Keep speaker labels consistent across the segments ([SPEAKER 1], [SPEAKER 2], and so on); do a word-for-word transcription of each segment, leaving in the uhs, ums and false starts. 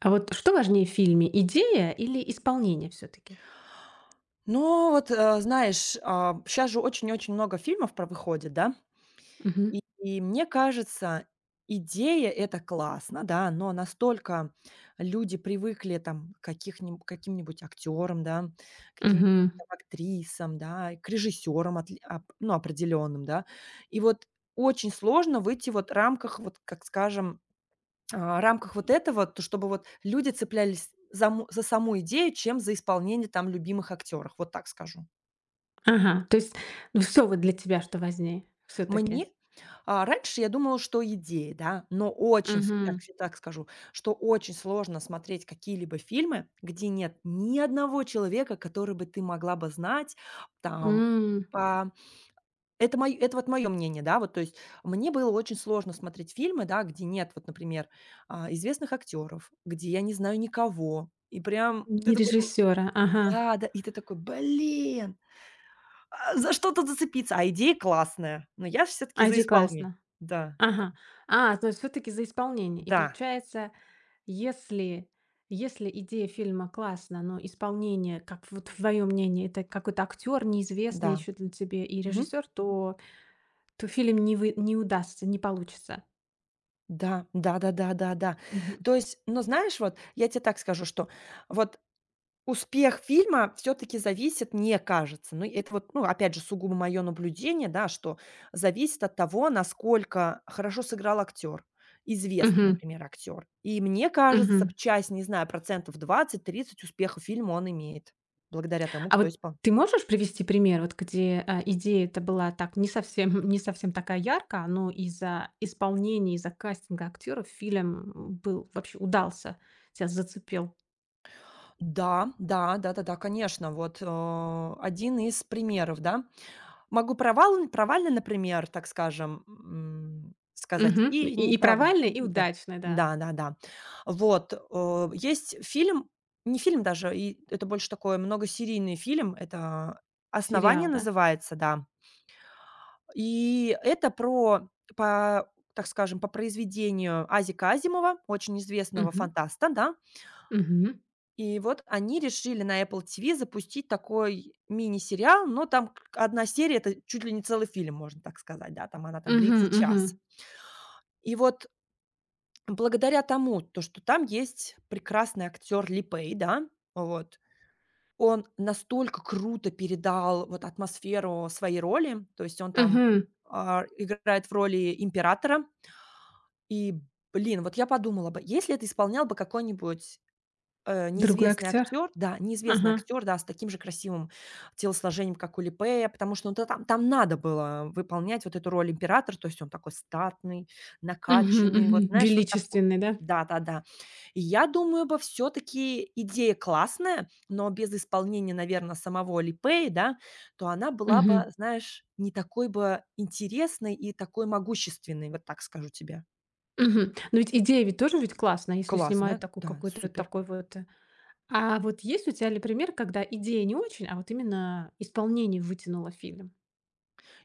[SPEAKER 1] А вот что важнее в фильме: идея или исполнение все таки?
[SPEAKER 2] Ну вот, э, знаешь, сейчас же очень и очень много фильмов про выходит, да?
[SPEAKER 1] Мгм.
[SPEAKER 2] И и мне кажется, идея- это классно, да, но настолько люди привыкли там к каких-нибудь каким-нибудь актерам, да, каким-нибудь
[SPEAKER 1] Мгм.
[SPEAKER 2] актрисам, да, и к режиссерам отли ап ну, определенным, да. И вот очень сложно выйти вот в рамках, вот как скажем, а, рамках вот этого, то чтобы вот люди цеплялись за му за саму идею, чем за исполнение там любимых актеров. Вот так скажу.
[SPEAKER 1] Ага, то есть все вот для тебя что важнее все таки?
[SPEAKER 2] Мне а, раньше я думала, что идеи, да, но очень, с-
[SPEAKER 1] Мгм.
[SPEAKER 2] так, с- так скажу, что очень сложно смотреть какие-либо фильмы, где нет ни одного человека, который бы ты могла бы знать, там,
[SPEAKER 1] М,
[SPEAKER 2] по- это, мое, это вот мое мнение, да, вот, то есть мне было очень сложно смотреть фильмы, да, где нет, вот, например, а, известных актеров, где я не знаю никого, и прям ты
[SPEAKER 1] Не
[SPEAKER 2] такой, думаешь,
[SPEAKER 1] режиссёра, ага.
[SPEAKER 2] да, да, и ты такой, блин, а, за что-то зацепиться, а идея классная. Но я все-таки за
[SPEAKER 1] Айди
[SPEAKER 2] исполнение.
[SPEAKER 1] классно.
[SPEAKER 2] Да, д
[SPEAKER 1] Ага. А, то есть все таки за исполнение. И
[SPEAKER 2] да,
[SPEAKER 1] получается, если если идея фильма классна, но исполнение, как вот твоё мнение, это какой-то актер неизвестный
[SPEAKER 2] да,
[SPEAKER 1] еще для тебе и
[SPEAKER 2] мгм,
[SPEAKER 1] режиссер, то то фильм не вы не удастся, не получится.
[SPEAKER 2] да, да-да-да-да-да.
[SPEAKER 1] Мгм.
[SPEAKER 2] То есть, но знаешь, вот я тебе так скажу, что вот успех фильма все-таки зависит, мне кажется, ну, это вот, ну, опять же, сугубо мое наблюдение, да, что зависит от того, насколько хорошо сыграл актер, известный,
[SPEAKER 1] Мгм.
[SPEAKER 2] например, актер. И мне кажется,
[SPEAKER 1] Мгм.
[SPEAKER 2] часть, не знаю, процентов двадцать-тридцать успеха фильма он имеет благодаря тому,
[SPEAKER 1] А
[SPEAKER 2] кто
[SPEAKER 1] вот
[SPEAKER 2] испол
[SPEAKER 1] ты можешь привести пример, вот где, а, идея это была так не совсем не совсем такая яркая, но из-за исполнения, из-за кастинга актеров фильм был вообще удался, тя зацепил?
[SPEAKER 2] Да, да, да-да-да, конечно. Вот, э, один из примеров, да. Могу провал провально, например, так скажем, м, сказать,
[SPEAKER 1] Мгм.
[SPEAKER 2] и
[SPEAKER 1] И
[SPEAKER 2] не
[SPEAKER 1] и
[SPEAKER 2] права.
[SPEAKER 1] провальный, и
[SPEAKER 2] Да.
[SPEAKER 1] удачный, да.
[SPEAKER 2] Да-да-да. Вот, э, есть фильм, не фильм даже, и это больше такой многосерийный фильм. Это "Основание"
[SPEAKER 1] Сериал, да?
[SPEAKER 2] называется, да. И это про по, так скажем, по произведению Азика Азимова, очень известного
[SPEAKER 1] Мгм.
[SPEAKER 2] фантаста, да.
[SPEAKER 1] Мгм.
[SPEAKER 2] И вот они решили на Apple T V запустить такой мини-сериал, но там к одна серия- это чуть ли не целый фильм, можно так сказать, да, там она там
[SPEAKER 1] Мгм,
[SPEAKER 2] длится
[SPEAKER 1] мгм.
[SPEAKER 2] час. И вот благодаря тому, то, что там есть прекрасный актер Ли Пэй, да, вот, он настолько круто передал вот атмосферу своей роли, то есть он там,
[SPEAKER 1] Мгм.
[SPEAKER 2] а, играет в роли императора. И, блин, вот я подумала бы, если это исполнял бы какой-нибудь Э,
[SPEAKER 1] Другой
[SPEAKER 2] неизвестный
[SPEAKER 1] актер?
[SPEAKER 2] актер, да, неизвестный
[SPEAKER 1] Ага.
[SPEAKER 2] актер, да, с таким же красивым телосложением, как у Ли, потому что, ну, та там там надо было выполнять вот эту роль императора, то есть он такой статный,
[SPEAKER 1] Мгм,
[SPEAKER 2] накачанный, вот,
[SPEAKER 1] мгм.
[SPEAKER 2] знаешь, вот такой.
[SPEAKER 1] Величественный, да?
[SPEAKER 2] Да-да-да. И я думаю бы, все таки идея классная, но без исполнения, наверное, самого Ли, да, то она была бы,
[SPEAKER 1] Мгм.
[SPEAKER 2] знаешь, не такой бы интересной и такой могущественной, вот так скажу тебе.
[SPEAKER 1] Мгм. Но ведь идея ведь тоже ведь классная, если снимают
[SPEAKER 2] Классная,
[SPEAKER 1] такой
[SPEAKER 2] да,
[SPEAKER 1] какой-то
[SPEAKER 2] супер.
[SPEAKER 1] такой вот э, А вот есть у тебя ли пример, когда идея не очень, а вот именно исполнение вытянуло фильм?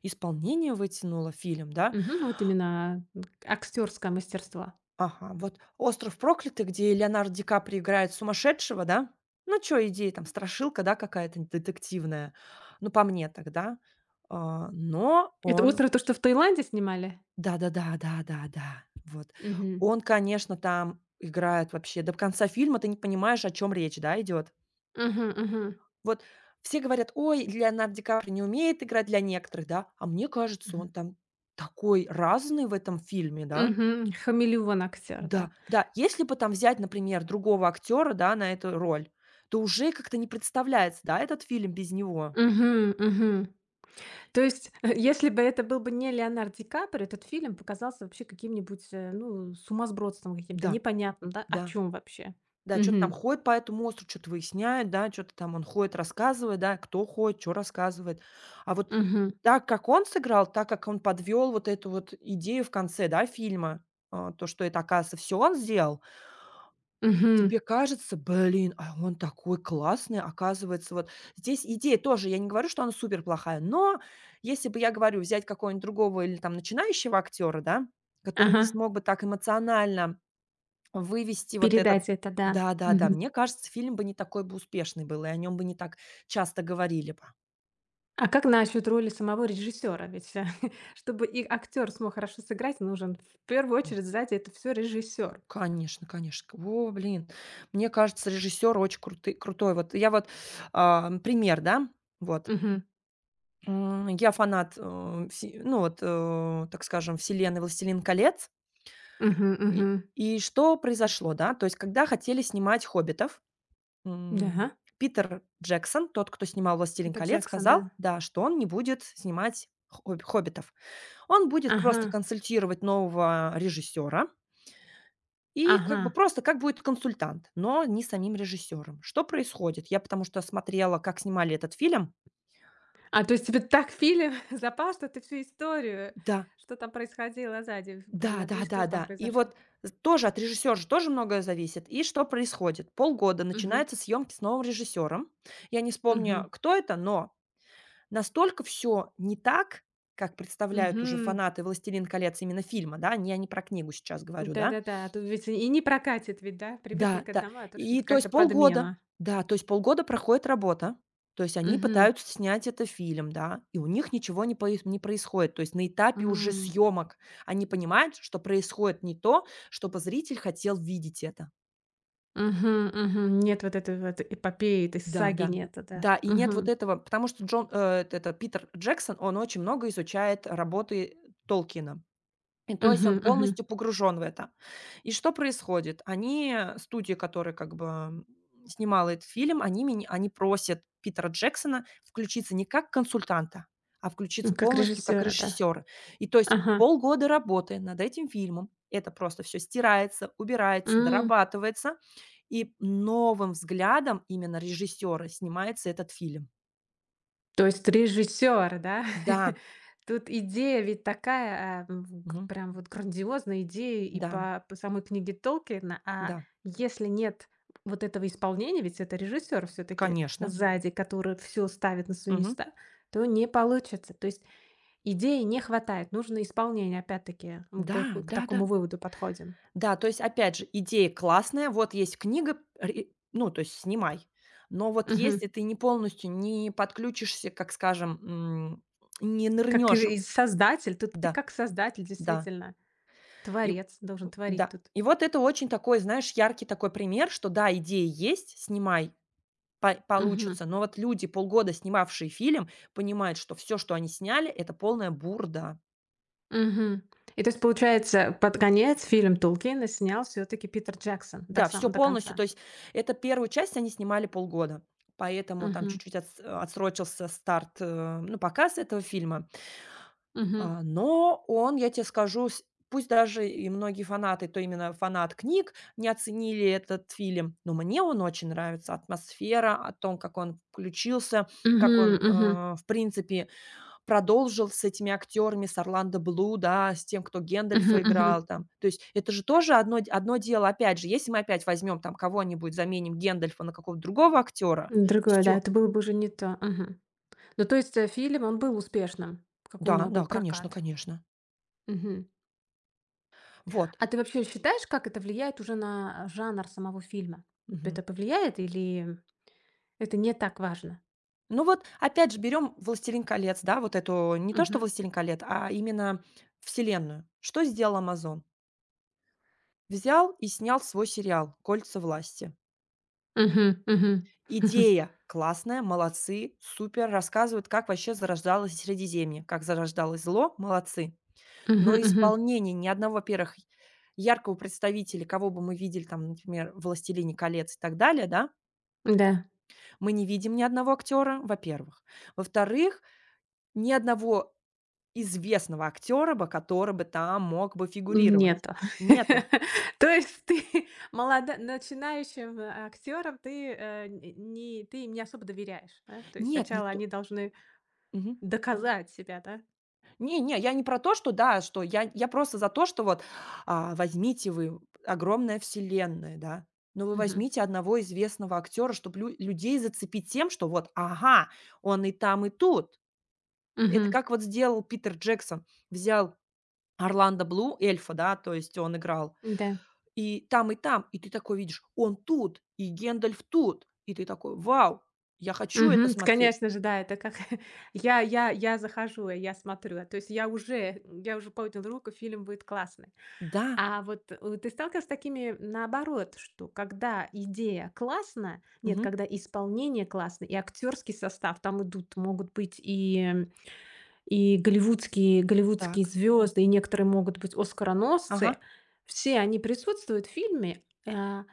[SPEAKER 2] Исполнение вытянуло, фильм, да.
[SPEAKER 1] Мгм. Вот именно актерское мастерство.
[SPEAKER 2] Ага, вот "Остров проклятых", где Леонардо Ди Каприо играет сумасшедшего, да? Ну, чё, идея там, страшилка, да, какая-то детективная, ну, по мне тогда, а, но
[SPEAKER 1] Это
[SPEAKER 2] он
[SPEAKER 1] «Остров», то, что в Таиланде снимали?
[SPEAKER 2] да-да-да, да-да-да, вот.
[SPEAKER 1] Мгм.
[SPEAKER 2] Он, конечно, там играет вообще до конца фильма ты не понимаешь, о чём речь, да, идёт.
[SPEAKER 1] Мгм, мгм.
[SPEAKER 2] Вот все говорят: "Ой, Леонардо Ди Каприо не умеет играть", для некоторых, да, а мне кажется,
[SPEAKER 1] Мгм.
[SPEAKER 2] он там такой разный в этом фильме, да.
[SPEAKER 1] Мгм. Хамелеон актер, да.
[SPEAKER 2] Да, да. Если бы там взять, например, другого актера, да, на эту роль, то уже как-то не представляется, да, этот фильм без него.
[SPEAKER 1] Мгм, мгм. То есть, если бы это был бы не Леонардо Ди Каприо, этот фильм показался вообще каким-нибудь, э, ну, сумасбродством каким-то,
[SPEAKER 2] Да,
[SPEAKER 1] непонятным, да, о
[SPEAKER 2] да,
[SPEAKER 1] чем вообще.
[SPEAKER 2] да, чё-то там
[SPEAKER 1] Мгм.
[SPEAKER 2] ходит по этому острову, чё-то выясняет, да, чё-то там он ходит, рассказывает, да, кто ходит, чё рассказывает. А вот
[SPEAKER 1] Мгм.
[SPEAKER 2] так, как он сыграл, так как он подвёл вот эту вот идею в конце, да, фильма, а, то, что это, оказывается, всё он сделал.
[SPEAKER 1] Мгм.
[SPEAKER 2] Тебе кажется: "Блин, а он такой классный". Оказывается, вот здесь идея тоже, я не говорю, что она супер плохая, но если бы я говорю взять какого-нибудь другого или там начинающего актера, да, который не
[SPEAKER 1] Ага.
[SPEAKER 2] смог бы так эмоционально вывести вот этот.
[SPEAKER 1] Передать это, да.
[SPEAKER 2] Да-да-да,
[SPEAKER 1] Мгм.
[SPEAKER 2] мне кажется, фильм бы не такой бы успешный был, и о нем бы не так часто говорили бы.
[SPEAKER 1] А как насчет роли самого режиссера? Ведь, э, чтобы и актер смог хорошо сыграть, нужен в первую
[SPEAKER 2] Ну
[SPEAKER 1] очередь сзади это все режиссер.
[SPEAKER 2] конечно, конечно. О, блин, мне кажется, режиссер очень круты крутой. Вот я вот, а, пример, да, вот.
[SPEAKER 1] Мгм.
[SPEAKER 2] М, я фанат, э, вси ну, вот, э, так скажем, вселенной "Властелин колец".
[SPEAKER 1] Мгм,
[SPEAKER 2] И
[SPEAKER 1] мгм.
[SPEAKER 2] и что произошло, да? То есть, когда хотели снимать "Хоббитов",
[SPEAKER 1] Да,
[SPEAKER 2] м, Питер Джексон, тот, кто снимал "Властелин
[SPEAKER 1] Питер
[SPEAKER 2] колец",
[SPEAKER 1] Джексон,
[SPEAKER 2] сказал,
[SPEAKER 1] да.
[SPEAKER 2] да, что он не будет снимать хоб "Хоббитов". Он будет
[SPEAKER 1] Ага,
[SPEAKER 2] просто консультировать нового режиссера и
[SPEAKER 1] ага.
[SPEAKER 2] как бы просто как будет консультант, но не самим режиссером. Что происходит? Я потому что смотрела, как снимали этот фильм.
[SPEAKER 1] А, то есть тебе так фильм запал, что ты всю историю,
[SPEAKER 2] Да.
[SPEAKER 1] что там происходило сзади,
[SPEAKER 2] Да,
[SPEAKER 1] в и
[SPEAKER 2] да,
[SPEAKER 1] что
[SPEAKER 2] да,
[SPEAKER 1] же там
[SPEAKER 2] да. И
[SPEAKER 1] произошло?
[SPEAKER 2] вот з тоже от режиссера же тоже многое зависит. И что происходит? Полгода
[SPEAKER 1] Мгм,
[SPEAKER 2] начинаются съемки с новым режиссером. Я не вспомню,
[SPEAKER 1] мгм,
[SPEAKER 2] кто это, но настолько все не так, как представляют уже
[SPEAKER 1] мгм.
[SPEAKER 2] фанаты "Властелин колец", именно фильма, да, не я не про книгу сейчас говорю, да.
[SPEAKER 1] Да-да-да, а то ведь и не прокатит ведь, да? Привыкли
[SPEAKER 2] Да,
[SPEAKER 1] к
[SPEAKER 2] да.
[SPEAKER 1] одному, а тут что-то
[SPEAKER 2] И то
[SPEAKER 1] как-то
[SPEAKER 2] есть полгода.
[SPEAKER 1] подмена.
[SPEAKER 2] Да, то есть полгода проходит работа. То есть они
[SPEAKER 1] Мгм.
[SPEAKER 2] пытаются снять это фильм, да, и у них ничего не поис не происходит. То есть на этапе уже съемок они понимают, что происходит не то, чтобы зритель хотел видеть это.
[SPEAKER 1] Мгм, мгм. Нет вот этой вот эпопеи, этой
[SPEAKER 2] Да,
[SPEAKER 1] саги
[SPEAKER 2] да.
[SPEAKER 1] нету, да.
[SPEAKER 2] Да, и нет вот
[SPEAKER 1] Мгм.
[SPEAKER 2] этого, потому что Джон э, т- это Питер Джексон, он очень много изучает работы Толкина. И то есть
[SPEAKER 1] Мгм,
[SPEAKER 2] он
[SPEAKER 1] мгм.
[SPEAKER 2] полностью погружен в это. И что происходит? Они, э, студия, которая как бы, м, снимала этот фильм, они меня они просят Питера Джексона включиться не как консультанта, а
[SPEAKER 1] Ну,
[SPEAKER 2] включиться
[SPEAKER 1] как
[SPEAKER 2] полностью как
[SPEAKER 1] режиссера, да.
[SPEAKER 2] режиссера. И то есть
[SPEAKER 1] Ага.
[SPEAKER 2] полгода работы над этим фильмом, это просто все стирается, убирается,
[SPEAKER 1] М.
[SPEAKER 2] дорабатывается, и новым взглядом именно режиссера снимается этот фильм.
[SPEAKER 1] То есть режиссёр, да?
[SPEAKER 2] Да,
[SPEAKER 1] Тут идея ведь такая, а, м, г
[SPEAKER 2] мгм,
[SPEAKER 1] прям вот грандиозная идея и
[SPEAKER 2] да,
[SPEAKER 1] по по самой книге Толкина. А
[SPEAKER 2] да, да,
[SPEAKER 1] если нет вот этого исполнения, ведь это режиссер все таки
[SPEAKER 2] конечно.
[SPEAKER 1] сзади, который все ставит на свои
[SPEAKER 2] Мгм.
[SPEAKER 1] места, то не получится. То есть Идеи не хватает, нужно исполнение, опять-таки. Мы
[SPEAKER 2] Да,
[SPEAKER 1] прихо к такому
[SPEAKER 2] да-да.
[SPEAKER 1] выводу подходим.
[SPEAKER 2] Да, то есть, опять же, идея классная, вот есть книга, ри ну, то есть снимай. Но вот
[SPEAKER 1] Мгм.
[SPEAKER 2] если ты не полностью не подключишься, как скажем, м, не
[SPEAKER 1] Как
[SPEAKER 2] нырнешь.
[SPEAKER 1] и создатель, тут ты
[SPEAKER 2] Да,
[SPEAKER 1] как создатель,
[SPEAKER 2] да.
[SPEAKER 1] действительно.
[SPEAKER 2] И
[SPEAKER 1] Творец должен творить
[SPEAKER 2] да.
[SPEAKER 1] тут.
[SPEAKER 2] И вот это очень такой, знаешь, яркий такой пример, что да, идея есть, снимай, па
[SPEAKER 1] Мгм.
[SPEAKER 2] получится. Но вот люди, полгода снимавшие фильм, понимают, что все, что они сняли- это полная бурда.
[SPEAKER 1] Мгм. И то есть, получается, под конец фильм Тулкина снял все таки Питер Джексон до
[SPEAKER 2] Да, все
[SPEAKER 1] сам до
[SPEAKER 2] полностью.
[SPEAKER 1] конца.
[SPEAKER 2] То есть это первую часть они снимали полгода, поэтому там
[SPEAKER 1] Мгм.
[SPEAKER 2] чуть-чуть отс э, отсрочился старт, э, ну, показ этого фильма.
[SPEAKER 1] Мгм.
[SPEAKER 2] А, но он, я тебе скажу, с пусть даже и многие фанаты, то именно фанат книг, не оценили этот фильм, но мне он очень нравится. Атмосфера, о том, как он включился, как
[SPEAKER 1] Мгм.
[SPEAKER 2] он, э,
[SPEAKER 1] Мгм.
[SPEAKER 2] в принципе, продолжил с этими актерами, с Орландо Блу, да, с тем, кто
[SPEAKER 1] Мгм.
[SPEAKER 2] Гэндальфа
[SPEAKER 1] Мгм.
[SPEAKER 2] играл там. То есть это же тоже одно д одно дело. Опять же, если мы опять возьмем там кого-нибудь, заменим Гэндальфа на какого-то другого актера,
[SPEAKER 1] Другое, да,
[SPEAKER 2] все.
[SPEAKER 1] это было бы уже не то. Мгм. Ну, то есть, э, фильм, он был успешным. Какой у
[SPEAKER 2] Да,
[SPEAKER 1] него был
[SPEAKER 2] да, конечно,
[SPEAKER 1] прокат?
[SPEAKER 2] конечно.
[SPEAKER 1] Мгм.
[SPEAKER 2] Вот.
[SPEAKER 1] А ты вообще считаешь, как это влияет уже на э, жанр самого фильма? Вот
[SPEAKER 2] Мгм.
[SPEAKER 1] это повлияет или это не так важно?
[SPEAKER 2] Ну вот опять же берем "Властелин колец", да, вот эту не то что
[SPEAKER 1] Мгм.
[SPEAKER 2] "Властелин колец", а именно вселенную. Что сделал "Амазон"? Взял и снял свой сериал "Кольца власти".
[SPEAKER 1] Мгм, мгм.
[SPEAKER 2] Идея классная, молодцы, супер, рассказывают, как вообще зарождалось Средиземье, как зарождалось зло, молодцы.
[SPEAKER 1] Мгм,
[SPEAKER 2] Но
[SPEAKER 1] мгм.
[SPEAKER 2] исполнение ни одного, во-первых, яркого представителя, кого бы мы видели, там, например, в "Властелине колец" и так далее, да,
[SPEAKER 1] Да,
[SPEAKER 2] мы не видим ни одного актера, во-первых. Во-вторых, ни одного известного актера бы, который бы там мог бы фигурировать.
[SPEAKER 1] нету.
[SPEAKER 2] Нету.
[SPEAKER 1] То есть ты молода начинающим э, актерам ты, э, н не ты им не особо доверяешь, да? То есть
[SPEAKER 2] Нет, не
[SPEAKER 1] сначала
[SPEAKER 2] то.
[SPEAKER 1] они должны
[SPEAKER 2] Мгм.
[SPEAKER 1] доказать себя, да?
[SPEAKER 2] Не не, я не про то, что да, что я я просто за то, что вот, а, возьмите вы огромная вселенная, да, но вы
[SPEAKER 1] Мгм,
[SPEAKER 2] возьмите одного известного актера, чтобы людей зацепить тем, что вот, ага, он и там, и тут. Это
[SPEAKER 1] мгм.
[SPEAKER 2] как вот сделал Питер Джексон. Взял Орландо Блу, эльфа, да, то есть он играл,
[SPEAKER 1] Да.
[SPEAKER 2] и там, и там. И ты такой видишь: он тут, и Гендальф тут. И ты такой: "Вау, я хочу это
[SPEAKER 1] Мгм.
[SPEAKER 2] смотреть".
[SPEAKER 1] Конечно же, да, это как я я я захожу, и я смотрю. А то есть я уже я уже поднял руку, фильм будет классный.
[SPEAKER 2] Да.
[SPEAKER 1] А вот, э, ты сталкивалась с такими, наоборот, что когда идея классная, нет,
[SPEAKER 2] Мгм.
[SPEAKER 1] когда исполнение классное, и актерский состав, там идут, могут быть и, м, и голливудские голливудские
[SPEAKER 2] Так.
[SPEAKER 1] звезды, и некоторые могут быть
[SPEAKER 2] Ага.
[SPEAKER 1] оскароносцы. Все они присутствуют в фильме, а,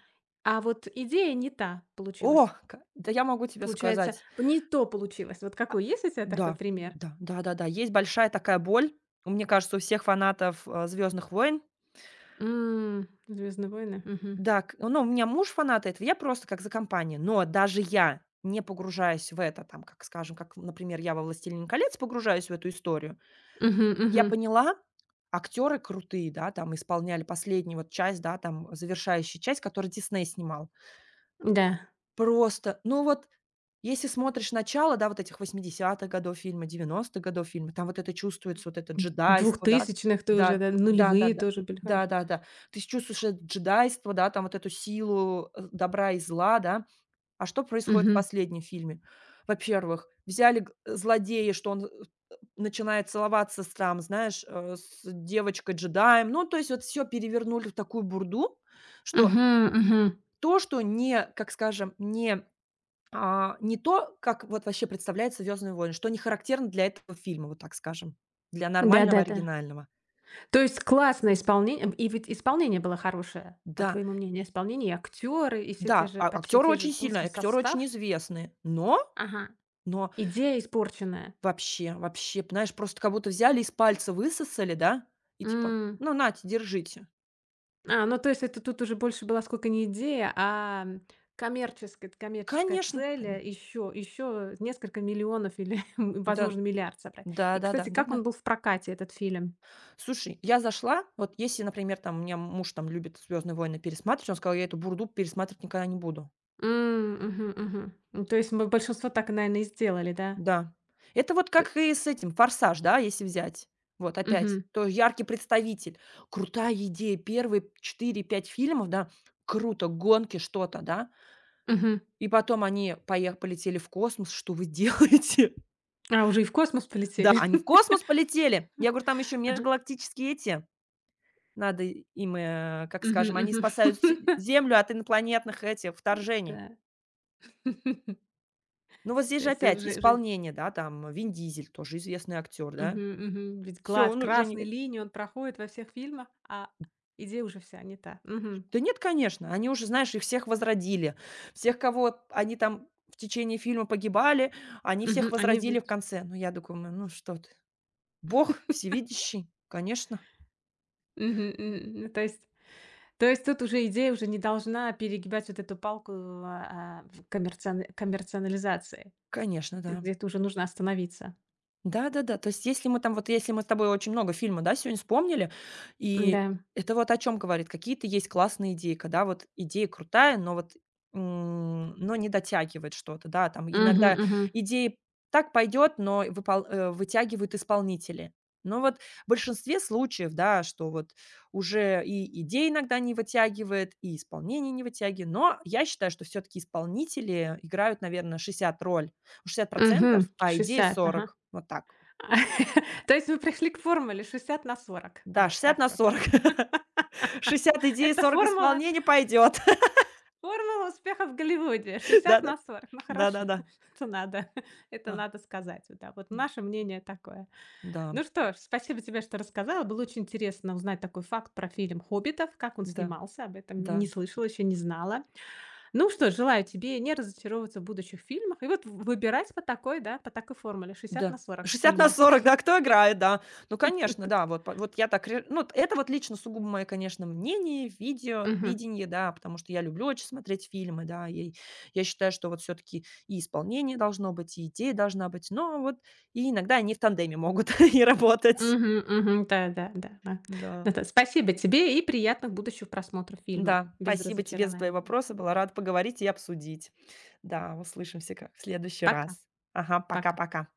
[SPEAKER 1] а вот идея не та
[SPEAKER 2] О,
[SPEAKER 1] получилась.
[SPEAKER 2] ка да я могу тебе
[SPEAKER 1] Получается,
[SPEAKER 2] сказать.
[SPEAKER 1] не то получилось. Вот
[SPEAKER 2] А,
[SPEAKER 1] какой есть у тебя такой
[SPEAKER 2] да,
[SPEAKER 1] пример?
[SPEAKER 2] да, да-да-да. Есть большая такая боль, У мне кажется, у всех фанатов, э, "Звездных войн".
[SPEAKER 1] М, «Звездные войны». Мгм.
[SPEAKER 2] Да, к ну, у меня муж фанат этого, я просто как за компанию. Но даже я, не погружаясь в это, там, как, скажем, как, например, я во "Властелин колец" погружаюсь в эту историю,
[SPEAKER 1] Мгм,
[SPEAKER 2] я
[SPEAKER 1] мгм.
[SPEAKER 2] поняла, актеры крутые, да, там исполняли последнюю вот часть, да, там, завершающую часть, которую Дисней снимал.
[SPEAKER 1] Да.
[SPEAKER 2] Просто, ну вот. Если смотришь начало, да, вот этих восьмидесятых годов фильма, девяностых годов фильма, там вот это чувствуется, вот это
[SPEAKER 1] М,
[SPEAKER 2] джедайство, да.
[SPEAKER 1] двухтысячные тоже,
[SPEAKER 2] Да,
[SPEAKER 1] да, нулевые
[SPEAKER 2] да-да-да.
[SPEAKER 1] тоже были хорошие.
[SPEAKER 2] Да-да-да. Ты чувствуешь это джедайство, да, там вот эту силу, э, добра и зла, да. А что происходит в
[SPEAKER 1] Мгм.
[SPEAKER 2] последнем фильме? Во-первых, взяли г э, злодея, что он, э, начинает целоваться с там, знаешь, э, с девочкой-джедаем. Ну, то есть вот все перевернули в такую бурду, что
[SPEAKER 1] Мгм, мгм.
[SPEAKER 2] то, что не, как скажем, не а, не то, как вот вообще представляется "Звездные войны", что не характерно для этого фильма, вот так скажем, для нормального
[SPEAKER 1] Да-да-да.
[SPEAKER 2] оригинального.
[SPEAKER 1] То есть классное исполнение, и ведь исполнение было хорошее, по
[SPEAKER 2] Да,
[SPEAKER 1] твоему мнению, исполнение, и актеры, и все те
[SPEAKER 2] да,
[SPEAKER 1] же
[SPEAKER 2] а
[SPEAKER 1] почти
[SPEAKER 2] актеры
[SPEAKER 1] те же
[SPEAKER 2] очень
[SPEAKER 1] тот же
[SPEAKER 2] сильные, актеры очень
[SPEAKER 1] состав.
[SPEAKER 2] известные, но
[SPEAKER 1] Ага.
[SPEAKER 2] но
[SPEAKER 1] Идея испорченная.
[SPEAKER 2] вообще вообще, знаешь, просто как будто взяли, из пальца высосали, да, и типа: "Ну, нате, держите".
[SPEAKER 1] А, ну то есть это тут уже больше была сколько не идея, а коммерческая коммерческая
[SPEAKER 2] Конечно,
[SPEAKER 1] цель, э,
[SPEAKER 2] конечно.
[SPEAKER 1] еще еще несколько миллионов или, м,
[SPEAKER 2] Да,
[SPEAKER 1] возможно, миллиард собрать. И,
[SPEAKER 2] да-да-да,
[SPEAKER 1] кстати, как
[SPEAKER 2] да-да.
[SPEAKER 1] он был в прокате, этот фильм?
[SPEAKER 2] Слушай, я зашла, вот если, например, там, у меня муж там любит "Звездные войны" пересматривать, он сказал: "Я эту бурду пересматривать никогда не буду".
[SPEAKER 1] М, мгм, мгм. Ну, то есть мы большинство так, наверное, и сделали, да?
[SPEAKER 2] Да. Это вот
[SPEAKER 1] Т
[SPEAKER 2] как и с этим "Форсаж", да, если взять. Вот опять
[SPEAKER 1] мгм,
[SPEAKER 2] то яркий представитель. Крутая идея. Первые четыре пять фильмов, да, круто, гонки, что-то, да.
[SPEAKER 1] мгм.
[SPEAKER 2] И потом они поех полетели в космос. Что вы делаете?
[SPEAKER 1] А, уже и в космос
[SPEAKER 2] Да,
[SPEAKER 1] полетели?
[SPEAKER 2] они в космос полетели. Я говорю, там еще
[SPEAKER 1] Ага.
[SPEAKER 2] межгалактические эти. Надо им, э, как
[SPEAKER 1] Мгм,
[SPEAKER 2] скажем, они
[SPEAKER 1] мгм.
[SPEAKER 2] спасают Се Землю от инопланетных этих вторжений.
[SPEAKER 1] Да.
[SPEAKER 2] Ну, вот здесь
[SPEAKER 1] То
[SPEAKER 2] же
[SPEAKER 1] есть
[SPEAKER 2] опять
[SPEAKER 1] уже уже.
[SPEAKER 2] исполнение, да, там Вин Дизель, тоже известный актер, да.
[SPEAKER 1] Мгм, мгм. Ведь
[SPEAKER 2] Все
[SPEAKER 1] глаз
[SPEAKER 2] он уже
[SPEAKER 1] красной
[SPEAKER 2] не.
[SPEAKER 1] линии он проходит во всех фильмах, а идея уже вся не та. Мгм.
[SPEAKER 2] Да нет, конечно, они уже, знаешь, их всех возродили. Всех, кого они там в течение фильма погибали, они всех
[SPEAKER 1] Мгм. Они б...
[SPEAKER 2] возродили в конце. Ну, я думаю, ну что ты, Бог всевидящий, конечно,
[SPEAKER 1] Мгм, м. Ну, то есть то есть тут уже идея уже не должна перегибать вот эту палку, а, а, в коммерциан коммерциализации,
[SPEAKER 2] конечно, да.
[SPEAKER 1] где-то уже нужно остановиться.
[SPEAKER 2] Да-да-да. То есть если мы там, вот если мы с тобой очень много фильмов, да, сегодня вспомнили,
[SPEAKER 1] Да.
[SPEAKER 2] и это вот о чем говорит, какие-то есть классные идеи, когда вот идея крутая, но вот, м, но не дотягивает что-то, да, там
[SPEAKER 1] Угу,
[SPEAKER 2] иногда
[SPEAKER 1] угу.
[SPEAKER 2] идеи так пойдет, но выпол э, вытягивают исполнители. Но вот в большинстве случаев, да, что вот уже и идеи иногда не вытягивает, и исполнение не вытягивает, но я считаю, что все таки исполнители играют, наверное, шестьдесят роль. шестьдесят,
[SPEAKER 1] Мгм.
[SPEAKER 2] а идеи
[SPEAKER 1] шестьдесят, ага.
[SPEAKER 2] сорок. Вот так.
[SPEAKER 1] То есть мы пришли к формуле шестьдесят на сорок.
[SPEAKER 2] Да,
[SPEAKER 1] Вот
[SPEAKER 2] шестьдесят
[SPEAKER 1] так
[SPEAKER 2] на
[SPEAKER 1] вот.
[SPEAKER 2] сорок. шестьдесят идей,
[SPEAKER 1] Это
[SPEAKER 2] сорок
[SPEAKER 1] формула
[SPEAKER 2] исполнения пойдет.
[SPEAKER 1] Формула успеха в Голливуде шестьдесят
[SPEAKER 2] Да-да.
[SPEAKER 1] на сорок. Ну хорошо,
[SPEAKER 2] Да-да-да.
[SPEAKER 1] это надо, это
[SPEAKER 2] А,
[SPEAKER 1] надо сказать. Вот, да, вот
[SPEAKER 2] м,
[SPEAKER 1] наше мнение такое.
[SPEAKER 2] да,
[SPEAKER 1] Ну что ж, спасибо тебе, что рассказала. Было очень интересно узнать такой факт про фильм «Хоббитов», как он
[SPEAKER 2] да,
[SPEAKER 1] снимался. Об этом
[SPEAKER 2] да,
[SPEAKER 1] не слышала, еще не знала. Ну что ж, желаю тебе не разочаровываться в будущих фильмах и вот в- выбирать по такой, да, по такой формуле шестьдесят на
[SPEAKER 2] да.
[SPEAKER 1] сорок
[SPEAKER 2] шестьдесят на
[SPEAKER 1] фильмы.
[SPEAKER 2] сорок, да, кто играет, да. Ну, конечно,
[SPEAKER 1] Так.
[SPEAKER 2] да, вот по вот я так ре ну, вот это вот лично сугубо мое, конечно, мнение, видео
[SPEAKER 1] Мгм.
[SPEAKER 2] видение, да, потому что я люблю очень смотреть фильмы, да, и я считаю, что вот все таки и исполнение должно быть, и идея должна быть, но вот и иногда они в тандеме могут и работать.
[SPEAKER 1] Мгм. Мгм. Да, да, да, да.
[SPEAKER 2] Да.
[SPEAKER 1] Да-да. Спасибо тебе и приятных будущих просмотров фильма
[SPEAKER 2] Да,
[SPEAKER 1] без
[SPEAKER 2] спасибо тебе за твои
[SPEAKER 1] разочарования.
[SPEAKER 2] вопросы. Была рада поговорить и обсудить. Да, услышимся как в следующий
[SPEAKER 1] Пока.
[SPEAKER 2] раз. Ага,
[SPEAKER 1] Пока.
[SPEAKER 2] пока-пока.